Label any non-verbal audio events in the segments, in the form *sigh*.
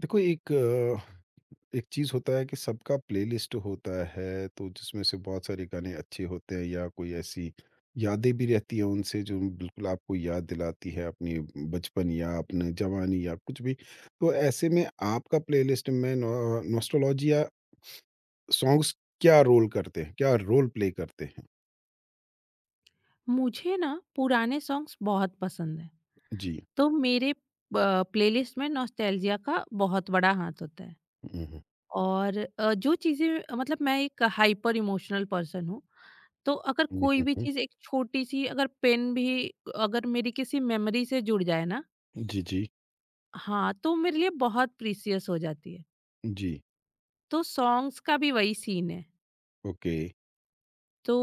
देखो एक चीज़ होता है कि सबका प्लेलिस्ट होता है तो जिसमें से बहुत सारे गाने अच्छे होते हैं या कोई ऐसी यादें भी रहती हैं उनसे जो बिल्कुल आपको याद दिलाती है अपनी बचपन या अपने जवानी या कुछ भी तो ऐसे में आपका प्लेलिस्ट में नॉस्टोलॉजिया सॉन्ग्स क्या रोल करते हैं क्या रोल प्ले करते हैं। मुझे ना पुराने सॉन्ग्स बहुत पसंद हैं। जी। तो मेरे प्लेलिस्ट में नॉस्टैल्जिया का बहुत बड़ा हाथ होता है। हम्म, और जो चीज़ें मतलब, मैं एक हाइपर इमोशनल पर्सन हूँ। तो अगर कोई भी हम्म। चीज़, एक छोटी-सी अगर पेन भी, अगर मेरी किसी मेमोरी से जुड़ जाए ना, जी जी। हाँ, तो मेरे लिए बहुत प्रीशियस हो जाती है। जी। तो सॉन्ग्स का भी वही सीन है। ओके। तो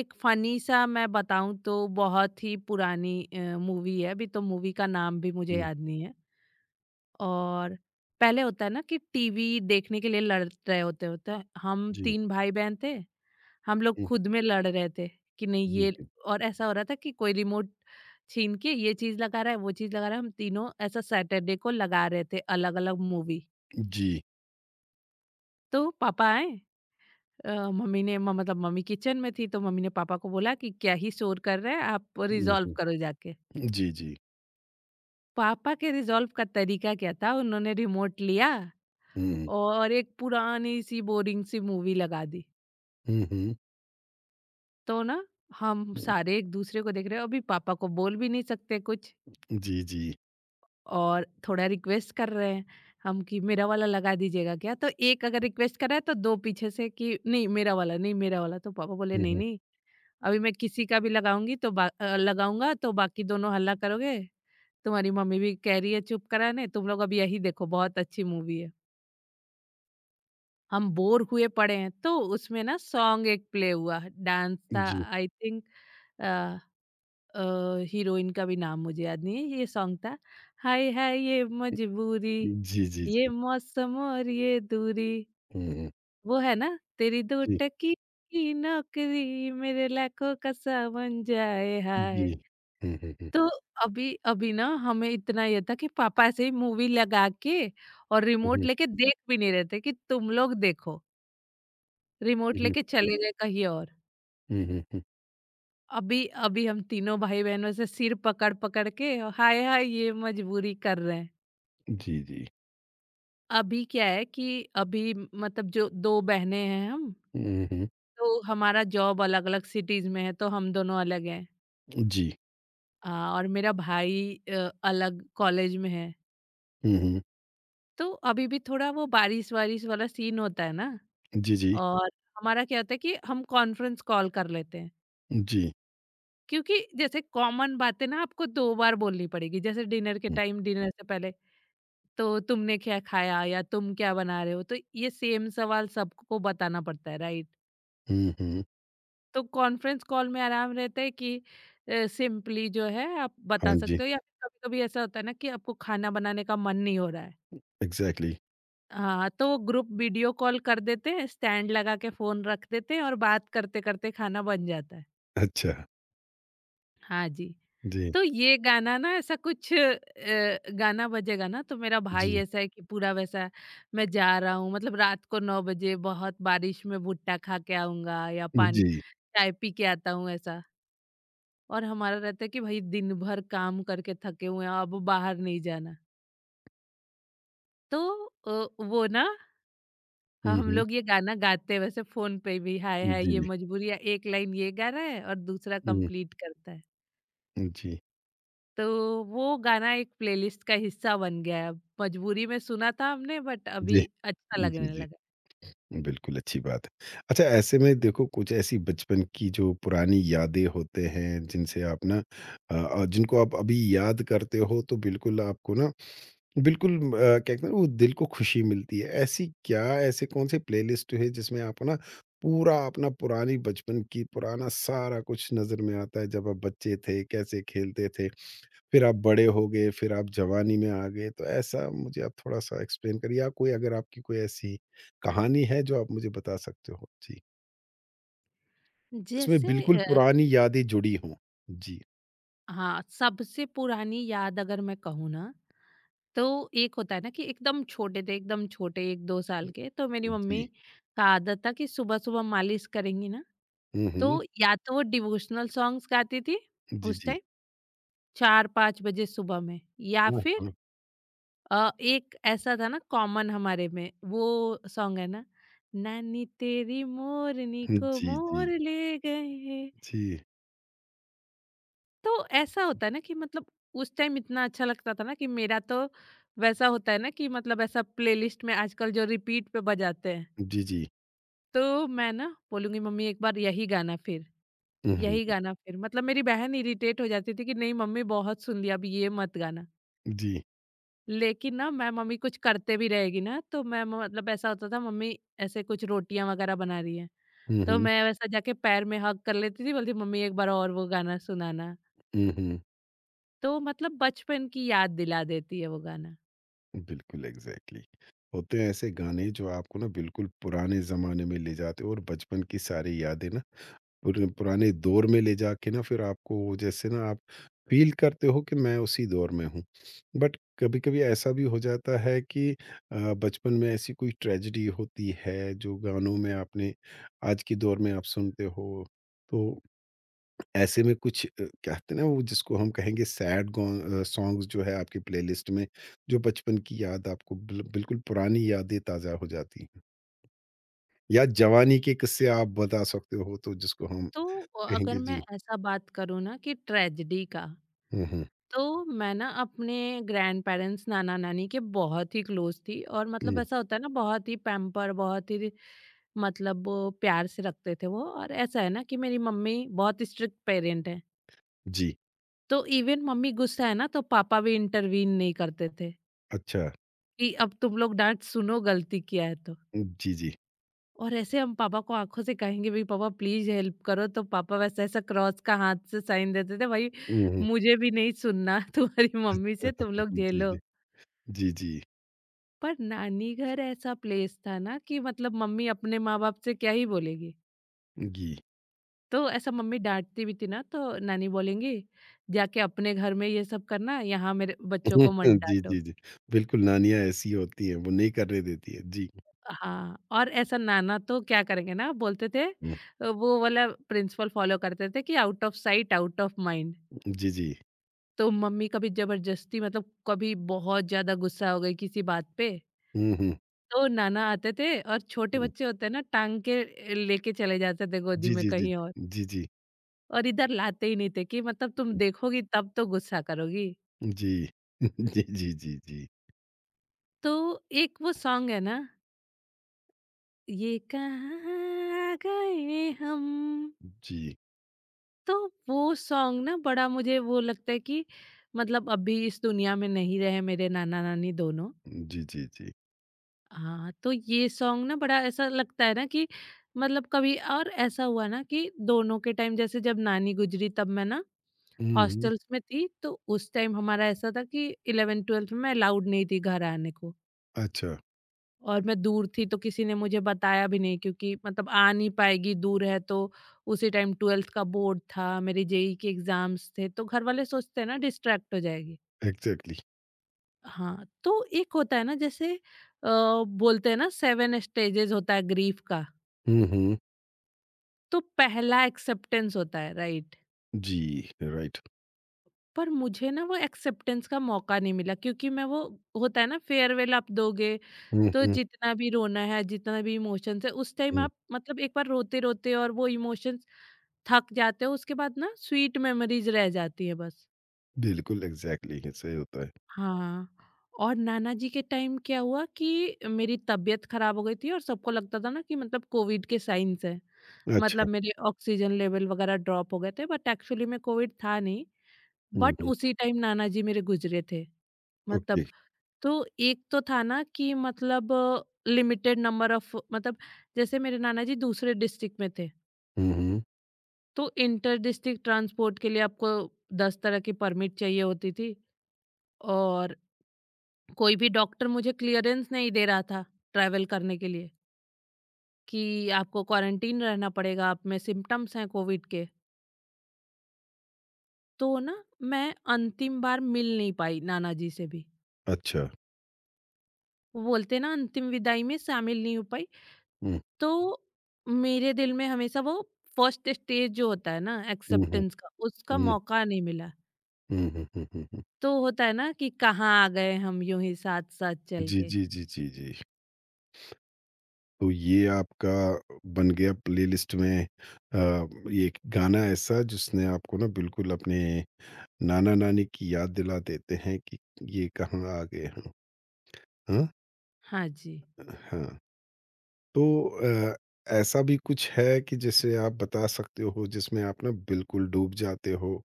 एक फ़नी सा मैं बताऊँ, तो बहुत ही पुरानी मूवी है, अभी तो मूवी का नाम भी मुझे हम्म। याद नहीं है। और पहले होता है ना कि टीवी देखने के लिए लड़ रहे होते होते हैं। हम जी। 3 भाई बहन थे, हम लोग हम्म। खुद में लड़ रहे थे कि नहीं ये। जी। और ऐसा हो रहा था कि कोई रिमोट छीन के ये चीज़ लगा रहा है, वो चीज़ लगा रहा है। हम तीनों ऐसा सैटरडे को लगा रहे थे अलग-अलग मूवी। जी जी, तो पापा आए, मम्मी ने म मतलब मम्मी किचन में थी, तो मम्मी ने पापा को बोला कि क्या ही शोर कर रहे हैं, आप रिज़ॉल्व हम्म, करो जाके। जी, जी। पापा के रिज़ॉल्व का तरीका क्या था, उन्होंने रिमोट लिया हुँ, और एक पुरानी सी बोरिंग सी मूवी लगा दी। हुँ, हुँ, तो ना हम हुँ। सारे एक दूसरे को देख रहे हैं, अभी पापा को बोल भी नहीं सकते कुछ। जी, जी। और थोड़ा रिक्वेस्ट कर रहे हैं हम कि मेरा वाला लगा दीजिएगा क्या, तो एक अगर रिक्वेस्ट कर रहा है तो दो पीछे से कि नहीं मेरा वाला, नहीं मेरा वाला। तो पापा बोले, हुँ, नहीं हुँ। नहीं, अभी मैं किसी का भी लगाऊंगी तो लगाऊंगा तो बाकी दोनों हल्ला करोगे, तुम्हारी मम्मी भी कह रही है चुप कराने, तुम लोग अब यही देखो, बहुत अच्छी मूवी है। हम बोर हुए पड़े हैं, तो उसमें ना सॉन्ग एक प्ले हुआ, डांस था, जी। I think. हीरोइन का भी नाम मुझे याद नहीं है। ये सॉन्ग था - हाय हाय ये उ मजबूरी, जी, जी, ये जी। मौसम और ये दूरी, हुँ, हुँ। वो है ना, तेरी दो जी, टकी की नौकरी, मेरे लाखों का सावन जाए हाय। जी। हुँ, हुँ, हुँ। तो अभी अभी ना हमें इतना ये था कि पापा ऐसे ही मूवी लगा के और हुँ, रिमोट हुँ, लेके देख भी नहीं रहे थे कि तुम लोग देखो, रिमोट लेके चले गए कहीं और। हुँ, हुँ, हुँ, हुँ। अभी अभी हम तीनों भाई-बहन में से सिर पकड़-पकड़ के हाय हाय ये मजबूरी कर रहे हैं। जी, जी। अभी क्या है कि अभी मतलब जो 2 बहनें हैं हम, हुँ, हुँ, हुँ। तो हमारा जॉब अलग-अलग सिटीज़ में है, तो हम दोनों अलग हैं। जी। और मेरा भाई अलग कॉलेज में है। हुँ, हुँ। तो अभी भी थोड़ा वो बारिश-वारिश वाला सीन होता है ना, जी, जी। और हमारा क्या होता है कि हम कॉन्फ्रेंस कॉल कर लेते हैं। जी। क्योंकि जैसे कॉमन बातें ना आपको 2 बार बोलनी पड़ेगी, जैसे डिनर के हुँ, टाइम, डिनर से पहले, तो तुमने क्या खाया या तुम क्या बना रहे हो? तो ये सेम सवाल सबको बताना पड़ता है, राइट? हुँ, हुँ। तो कॉन्फ्रेंस कॉल में आराम रहता है कि सिंपली जो है, आप हाँ बता जी, सकते हो। या फिर कभी-कभी ऐसा होता है ना कि आपको खाना बनाने का मन नहीं हो रहा है। एग्ज़ैक्टली। हाँ, तो ग्रुप वीडियो कॉल कर देते हैं, स्टैंड लगा के फ़ोन रख देते हैं और बात करते-करते खाना बन जाता है। अच्छा। हाँ जी। जी, तो ये गाना ना, ऐसा कुछ गाना बजेगा ना, तो मेरा भाई जी, ऐसा है कि पूरा वैसा, मैं जा रहा हूँ मतलब, रात को 9 बजे बहुत बारिश में भुट्टा खा के आऊँगा या पान, जी। चाय पी के आता हूँ ऐसा। और हमारा रहता है कि भाई दिन भर काम करके थके हुए हैं, अब बाहर नहीं जाना। तो वो ना, हाँ, हुँ, हम हुँ। लोग ये गाना गाते हैं वैसे फ़ोन पे भी, हाय हाय ये जी, मजबूरी, या एक लाइन ये गा रहा है और दूसरा हुँ, कंप्लीट करता है। जी, तो वो गाना एक प्लेलिस्ट का हिस्सा बन गया है अब। मजबूरी में सुना था हमने, बट अभी जी, अच्छा जी, लगने जी। लगा। बिल्कुल, अच्छी बात है। अच्छा ऐसे में देखो कुछ ऐसी बचपन की जो पुरानी यादें होते हैं जिनसे आप ना जिनको आप अभी याद करते हो तो बिल्कुल आपको ना बिल्कुल क्या कहते हैं वो दिल को खुशी मिलती है। ऐसी क्या ऐसे कौन-से प्लेलिस्ट है जिसमें आपको ना पूरा अपना पुरानी बचपन की पुराना सारा कुछ नज़र में आता है जब आप बच्चे थे, कैसे खेलते थे? फिर आप बड़े हो गए, फिर आप जवानी में आ गए, तो ऐसा मुझे आप थोड़ा-सा एक्सप्लेन करिए या कोई अगर आपकी कोई ऐसी कहानी है जो आप मुझे बता सकते हो? जी, इसमें जैसे बिल्कुल अ, पुरानी यादें जुड़ी हों। जी। हाँ, सबसे पुरानी याद अगर मैं कहूँ ना, तो एक होता है ना कि एकदम छोटे थे, एकदम छोटे 1-2 साल के, तो मेरी हुँ, मम्मी जी। का आदत था कि सुबह-सुबह मालिश करेंगी ना, हुँ, हुँ। तो या तो वो डिवोशनल सॉन्ग्स गाती थी जी, उस जी। टाइम, 4-5 बजे सुबह में, या हाँ, फिर हाँ। एक ऐसा था ना, कॉमन हमारे में वो सॉन्ग है ना - नानी तेरी मोरनी को जी, जी, मोर ले गए। जी। तो ऐसा होता है ना कि मतलब उस टाइम इतना अच्छा लगता था ना कि मेरा तो वैसा होता है ना कि मतलब, ऐसा प्लेलिस्ट में आजकल जो रिपीट पे बजाते हैं, जी, जी। तो मैं ना बोलूंगी मम्मी एक बार यही गाना फिर, हुँ, यही हुँ। गाना फिर, मतलब मेरी बहन इरिटेट हो जाती थी कि नहीं मम्मी बहुत सुन लिया, अब ये मत गाना। जी। लेकिन ना मैं, मम्मी कुछ करते भी रहेगी ना तो मैं मतलब ऐसा होता था मम्मी ऐसे कुछ रोटियां वगैरह बना रही है, हुँ, तो हुँ। मैं वैसा जाके पैर में हक कर लेती थी, बोलती मम्मी एक बार और वो गाना सुनाना। हुँ, हुँ। तो मतलब बचपन की याद दिला देती है वो गाना। बिल्कुल एग्ज़ैक्टली। होते हैं ऐसे गाने जो आपको ना बिल्कुल पुराने ज़माने में ले जाते हो और बचपन की सारी यादें ना पुराने दौर में ले जाके ना फिर आपको जैसे ना आप फ़ील करते हो कि मैं उसी दौर में हूँ। बट कभी-कभी ऐसा भी हो जाता है कि बचपन में ऐसी कोई ट्रेजेडी होती है जो गानों में आपने आज के दौर में आप सुनते हो। तो ऐसे में कुछ क्या कहते हैं ना वो जिसको हम कहेंगे सैड सॉन्ग्स जो है आपकी प्लेलिस्ट में जो बचपन की याद आपको बिल्कुल पुरानी यादें ताज़ा हो जाती हैं। या जवानी के किस्से आप बता सकते हो तो जिसको हम तो अगर कहेंगे। मैं जी। ऐसा बात करूँ ना कि ट्रेजेडी का, हुँ, हुँ। तो मैं ना अपने ग्रैंड पेरेंट्स, नाना नानी के बहुत ही क्लोज थी। और मतलब हुँ, ऐसा होता है ना, बहुत ही पैम्पर, बहुत ही मतलब वो प्यार से रखते थे वो। और ऐसा है ना कि मेरी मम्मी बहुत स्ट्रिक्ट पेरेंट है, जी, तो इवन मम्मी गुस्सा है ना तो पापा भी इंटरवीन नहीं करते थे अच्छा। कि अब तुम लोग डांट सुनो गलती किया है तो। हुँ, जी, जी। और ऐसे हम पापा को आंखों से कहेंगे भी पापा प्लीज हेल्प करो, तो पापा वैसे ऐसा क्रॉस का हाथ से साइन देते थे, भाई हुँ, हुँ। मुझे भी नहीं सुनना *laughs* तुम्हारी मम्मी से तुम *laughs* लोग जी, झेलो। जी। जी, जी, पर नानी घर ऐसा प्लेस था ना कि मतलब मम्मी अपने माँ बाप से क्या ही बोलेगी। घी। तो ऐसा मम्मी डांटती भी थी ना तो नानी बोलेंगी, जाके अपने घर में ये सब करना, यहाँ मेरे बच्चों को मत *laughs* जी, डांटो। जी, जी। बिल्कुल, नानियाँ ऐसी होती हैं, वो नहीं करने देती हैं। जी। हाँ, और ऐसा नाना तो क्या करेंगे ना, बोलते थे हुँ, वो वाला प्रिंसिपल फॉलो करते थे कि out of sight, out of mind. जी, जी। तो मम्मी कभी जबरदस्ती मतलब कभी बहुत ज़्यादा गुस्सा हो गई किसी बात पे, हुँ, हुँ, तो नाना आते थे और छोटे हुँ। बच्चे होते हैं ना, टांग के लेके चले जाते थे गोदी जी, में जी, जी। कहीं जी, जी। और इधर लाते ही नहीं थे कि मतलब तुम देखोगी तब तो गुस्सा करोगी। जी। *laughs* जी, जी, जी, जी। तो एक वो सॉन्ग है ना - ये कहाँ आ गए हम। जी। तो वो सॉन्ग ना बड़ा मुझे वो लगता है कि मतलब अभी इस दुनिया में नहीं रहे मेरे नाना नानी दोनों। जी, जी, जी। हाँ, तो ये सॉन्ग ना बड़ा ऐसा लगता है ना कि मतलब कभी, और ऐसा हुआ ना कि दोनों के टाइम, जैसे जब नानी गुजरी तब मैं ना हुँ, हुँ। हॉस्टल्स में थी, तो उस टाइम हमारा ऐसा था कि इलेवन ट्वेल्थ में अलाउड नहीं थी घर आने को। अच्छा, और मैं दूर थी तो किसी ने मुझे बताया भी नहीं, क्योंकि मतलब आ नहीं पाएगी दूर है, तो उसी टाइम 12th का बोर्ड था, मेरे जेई के एग्जाम्स थे, तो घर वाले सोचते हैं ना डिस्ट्रैक्ट हो जाएगी। एग्ज़ैक्टली। हाँ, तो एक होता है ना, जैसे बोलते हैं ना सेवन स्टेजेस होता है ग्रीफ का। हुँ, हुँ। तो पहला एक्सेप्टेंस होता है, राइट? जी, राइट। पर मुझे ना वो एक्सेप्टेंस का मौका नहीं मिला, क्योंकि मैं वो होता है ना फेयरवेल आप दोगे, हुँ, तो हुँ, जितना भी रोना है जितना भी इमोशंस है उस टाइम हुँ। आप मतलब एक बार रोते रोते और वो इमोशंस थक जाते हो, उसके बाद ना स्वीट मेमोरीज रह जाती है बस। बिल्कुल, एग्ज़ैक्टली ऐसा ही होता है। हाँ, और नाना जी के टाइम क्या हुआ कि मेरी तबीयत खराब हो गई थी और सबको लगता था ना कि मतलब कोविड के साइन्स हैं। अच्छा। मतलब मेरे ऑक्सीजन लेवल वगैरह ड्रॉप हो गए थे, बट एक्चुअली में कोविड था नहीं, हुँ, बट हुँ। उसी टाइम नाना जी मेरे गुजरे थे। ओके। मतलब, तो एक तो था ना कि मतलब लिमिटेड नंबर ऑफ, मतलब जैसे मेरे नाना जी दूसरे डिस्ट्रिक्ट में थे। हुँ, हुँ। तो इंटर डिस्ट्रिक्ट ट्रांसपोर्ट के लिए आपको 10 तरह की परमिट चाहिए होती थी, और कोई भी डॉक्टर मुझे क्लियरेंस नहीं दे रहा था ट्रैवल करने के लिए कि आपको क्वारंटीन रहना पड़ेगा, आप में सिम्टम्स हैं कोविड के। तो ना मैं अंतिम बार मिल नहीं पाई नाना जी से भी, अच्छा। वो बोलते ना अंतिम विदाई में शामिल नहीं हो पाई। हुँ। तो मेरे दिल में हमेशा वो फर्स्ट स्टेज जो होता है ना हुँ, हुँ। एक्सेप्टेंस का, उसका हुँ, मौका नहीं मिला। हुँ, हुँ, हुँ, हुँ, हुँ। तो होता है ना कि कहाँ आ गए हम यूं ही साथ साथ चल जी, के। जी, जी, जी, जी। तो ये आपका बन गया प्लेलिस्ट में अ, एक गाना ऐसा जिसने आपको ना बिल्कुल अपने नाना-नानी की याद दिला देते हैं कि ये कहाँ आ गए हम। हाँ? हाँ जी। हाँ। तो ऐसा भी कुछ है कि जैसे आप बता सकते हो जिसमें आप ना बिल्कुल डूब जाते हो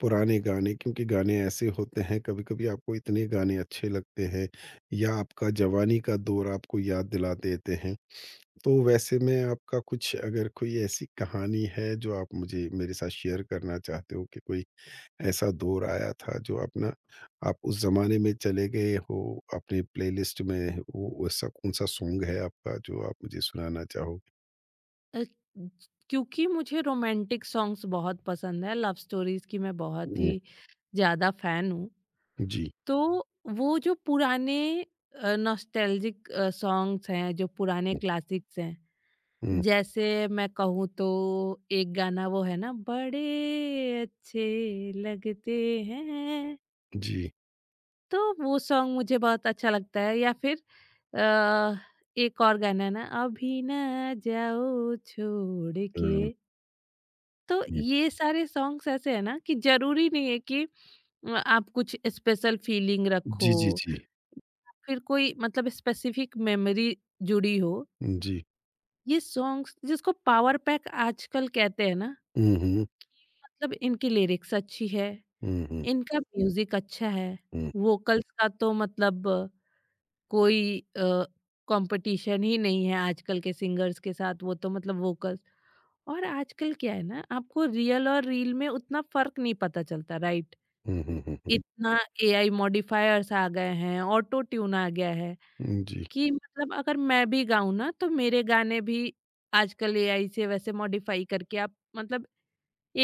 पुराने गाने क्योंकि गाने ऐसे होते हैं कभी कभी आपको इतने गाने अच्छे लगते हैं या आपका जवानी का दौर आपको याद दिला देते हैं तो वैसे में आपका कुछ अगर कोई ऐसी कहानी है जो आप मुझे मेरे साथ शेयर करना चाहते हो कि कोई ऐसा दौर आया था जो अपना आप उस ज़माने में चले गए हो अपने प्लेलिस्ट में वो वैसा कौन-सा सॉन्ग है आपका जो आप मुझे सुनाना चाहोगे? अ, क्योंकि मुझे रोमांटिक सॉन्ग्स बहुत पसंद है, लव स्टोरीज़ की मैं बहुत हुँ, ही ज़्यादा फ़ैन हूँ। जी। तो वो जो पुराने नॉस्टैल्जिक सॉन्ग्स हैं, जो पुराने हुँ, क्लासिक्स हैं, हुँ, जैसे मैं कहूँ तो एक गाना वो है ना, बड़े अच्छे लगते हैं, जी। तो वो सॉन्ग मुझे बहुत अच्छा लगता है। या फिर अ, एक और गाना है ना, अभी ना जाओ छोड़ हुँ, के। हुँ। तो ये सारे सॉन्ग्स ऐसे हैं ना कि ज़रूरी नहीं है कि आप कुछ स्पेशल फीलिंग रखो, जी, जी, जी। फिर कोई मतलब स्पेसिफिक मेमोरी जुड़ी हो। जी। ये सॉन्ग्स जिसको पावर पैक आजकल कहते हैं ना, हुँ, हुँ। मतलब इनकी लिरिक्स अच्छी है, हुँ, हुँ, इनका म्यूज़िक अच्छा है, हुँ। वोकल्स का तो मतलब कोई कंपटीशन ही नहीं है आजकल के सिंगर्स के साथ, वो तो मतलब वोकल्स। और आजकल क्या है ना, आपको रियल और रील में उतना फ़र्क नहीं पता चलता, राइट? हुँ, हुँ, हुँ, हुँ। इतना एआई मॉडिफायर्स आ गए हैं, ऑटो ट्यून आ गया है हुँ, जी। कि मतलब अगर मैं भी गाऊँ ना तो मेरे गाने भी आजकल एआई से वैसे मॉडिफाई करके आप मतलब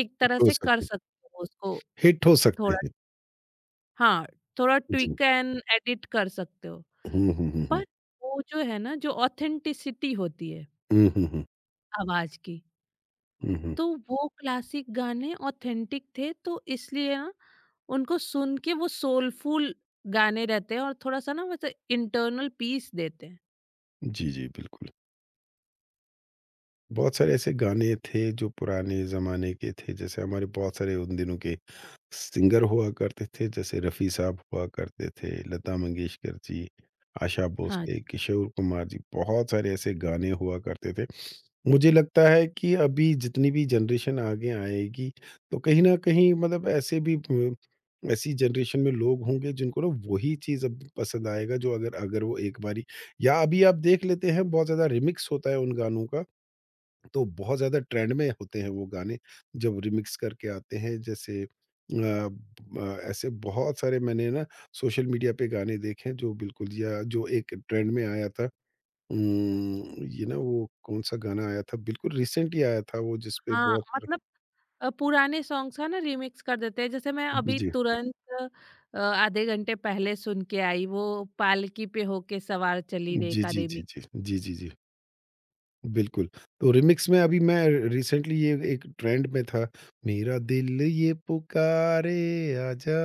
एक हिट तरह हो से कर सकते सकते हो उसको, हिट हो सकते थोड़ा, हैं। हाँ, थोड़ा जी। ट्विक एंड एडिट कर सकते हो। हुँ, हुँ, हुँ, हुँ। पर वो जो है ना, जो ऑथेंटिसिटी होती है हुँ, हुँ, हुँ। आवाज़ की, हुँ, हुँ। तो वो क्लासिक गाने ऑथेंटिक थे, तो इसलिए ना उनको सुन के वो सोलफुल गाने रहते हैं और थोड़ा-सा ना वैसे इंटरनल पीस देते हैं। जी, जी, बिल्कुल। बहुत सारे ऐसे गाने थे जो पुराने ज़माने के थे, जैसे हमारे बहुत सारे उन दिनों के सिंगर हुआ करते थे, जैसे रफ़ी साहब हुआ करते थे, लता मंगेशकर जी, आशा हाँ। भोसले, जी। किशोर कुमार जी, बहुत सारे ऐसे गाने हुआ करते थे। मुझे लगता है कि अभी जितनी भी जनरेशन आगे आएगी, तो कहीं न कहीं मतलब ऐसे भी ब ऐसी जनरेशन में लोग होंगे जिनको ना वही चीज़ अब पसंद आएगा जो अगर अगर वो एक बारी या अभी आप देख लेते हैं बहुत ज़्यादा रिमिक्स होता है उन गानों का तो बहुत ज़्यादा ट्रेंड में होते हैं वो गाने जब रिमिक्स करके आते हैं जैसे अ, ब ऐसे बहुत सारे मैंने ना सोशल मीडिया पे गाने देखे हैं, जो बिल्कुल या जो एक ट्रेंड में आया था। ये ना वो कौन-सा गाना आया था बिल्कुल रिसेंटली आया था वो जिसपे हाँ, बहुत मतलब पुराने सॉन्ग्स का ना रीमिक्स कर देते हैं। जैसे मैं जी, अभी जी। तुरंत आधे घंटे पहले सुन के आई वो पालकी पे होके सवार चली रे जी, का जी, जी, रीमिक्स। जी। जी, जी, जी। बिल्कुल, तो रीमिक्स में अभी मैं रिसेंटली ये एक ट्रेंड में था, मेरा दिल ये पुकारे आजा,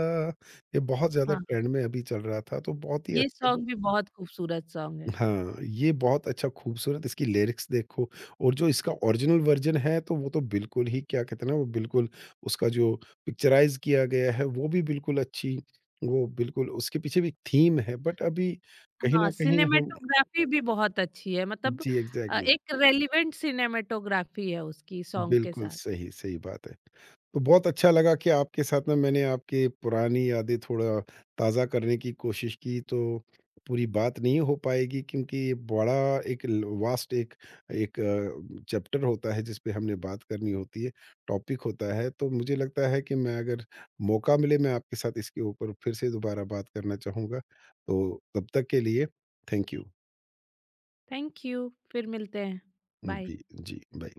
ये बहुत ज़्यादा हाँ। ट्रेंड में अभी चल रहा था, तो बहुत ही ये अच्छा जो। सॉन्ग भी बहुत खूबसूरत सॉन्ग है। हाँ, ये बहुत अच्छा खूबसूरत इसकी लिरिक्स देखो और जो इसका ओरिजिनल वर्ज़न है, तो वो तो बिल्कुल ही क्या कहते हैं ना, वो बिल्कुल उसका जो पिक्चराइज़ किया गया है, वो भी बिल्कुल अच्छी वो बिल्कुल उसके पीछे भी एक थीम है, बट अभी कहीं हाँ, न कहीं हम सिनेमैटोग्राफी भी बहुत अच्छी है, मतलब जी, एग्ज़ैक्टली। एक रेलेवेंट सिनेमैटोग्राफी है उसकी सॉन्ग के बिल्कुल साथ। सही, सही बात है। तो बहुत अच्छा लगा कि आपके साथ ना मैंने आपकी पुरानी यादें थोड़ा ताज़ा करने की कोशिश की तो पूरी बात नहीं हो पाएगी क्योंकि ये बड़ा एक ल वास्ट एक एक अ, चैप्टर होता है जिस पे हमने बात करनी होती है, टॉपिक होता है। तो मुझे लगता है कि मैं अगर मौका मिले मैं आपके साथ इसके ऊपर फिर से दोबारा बात करना चाहूँगा। तो तब तक के लिए थैंक यू। थैंक यू, फिर मिलते हैं। बाय। जी, जी, बाय।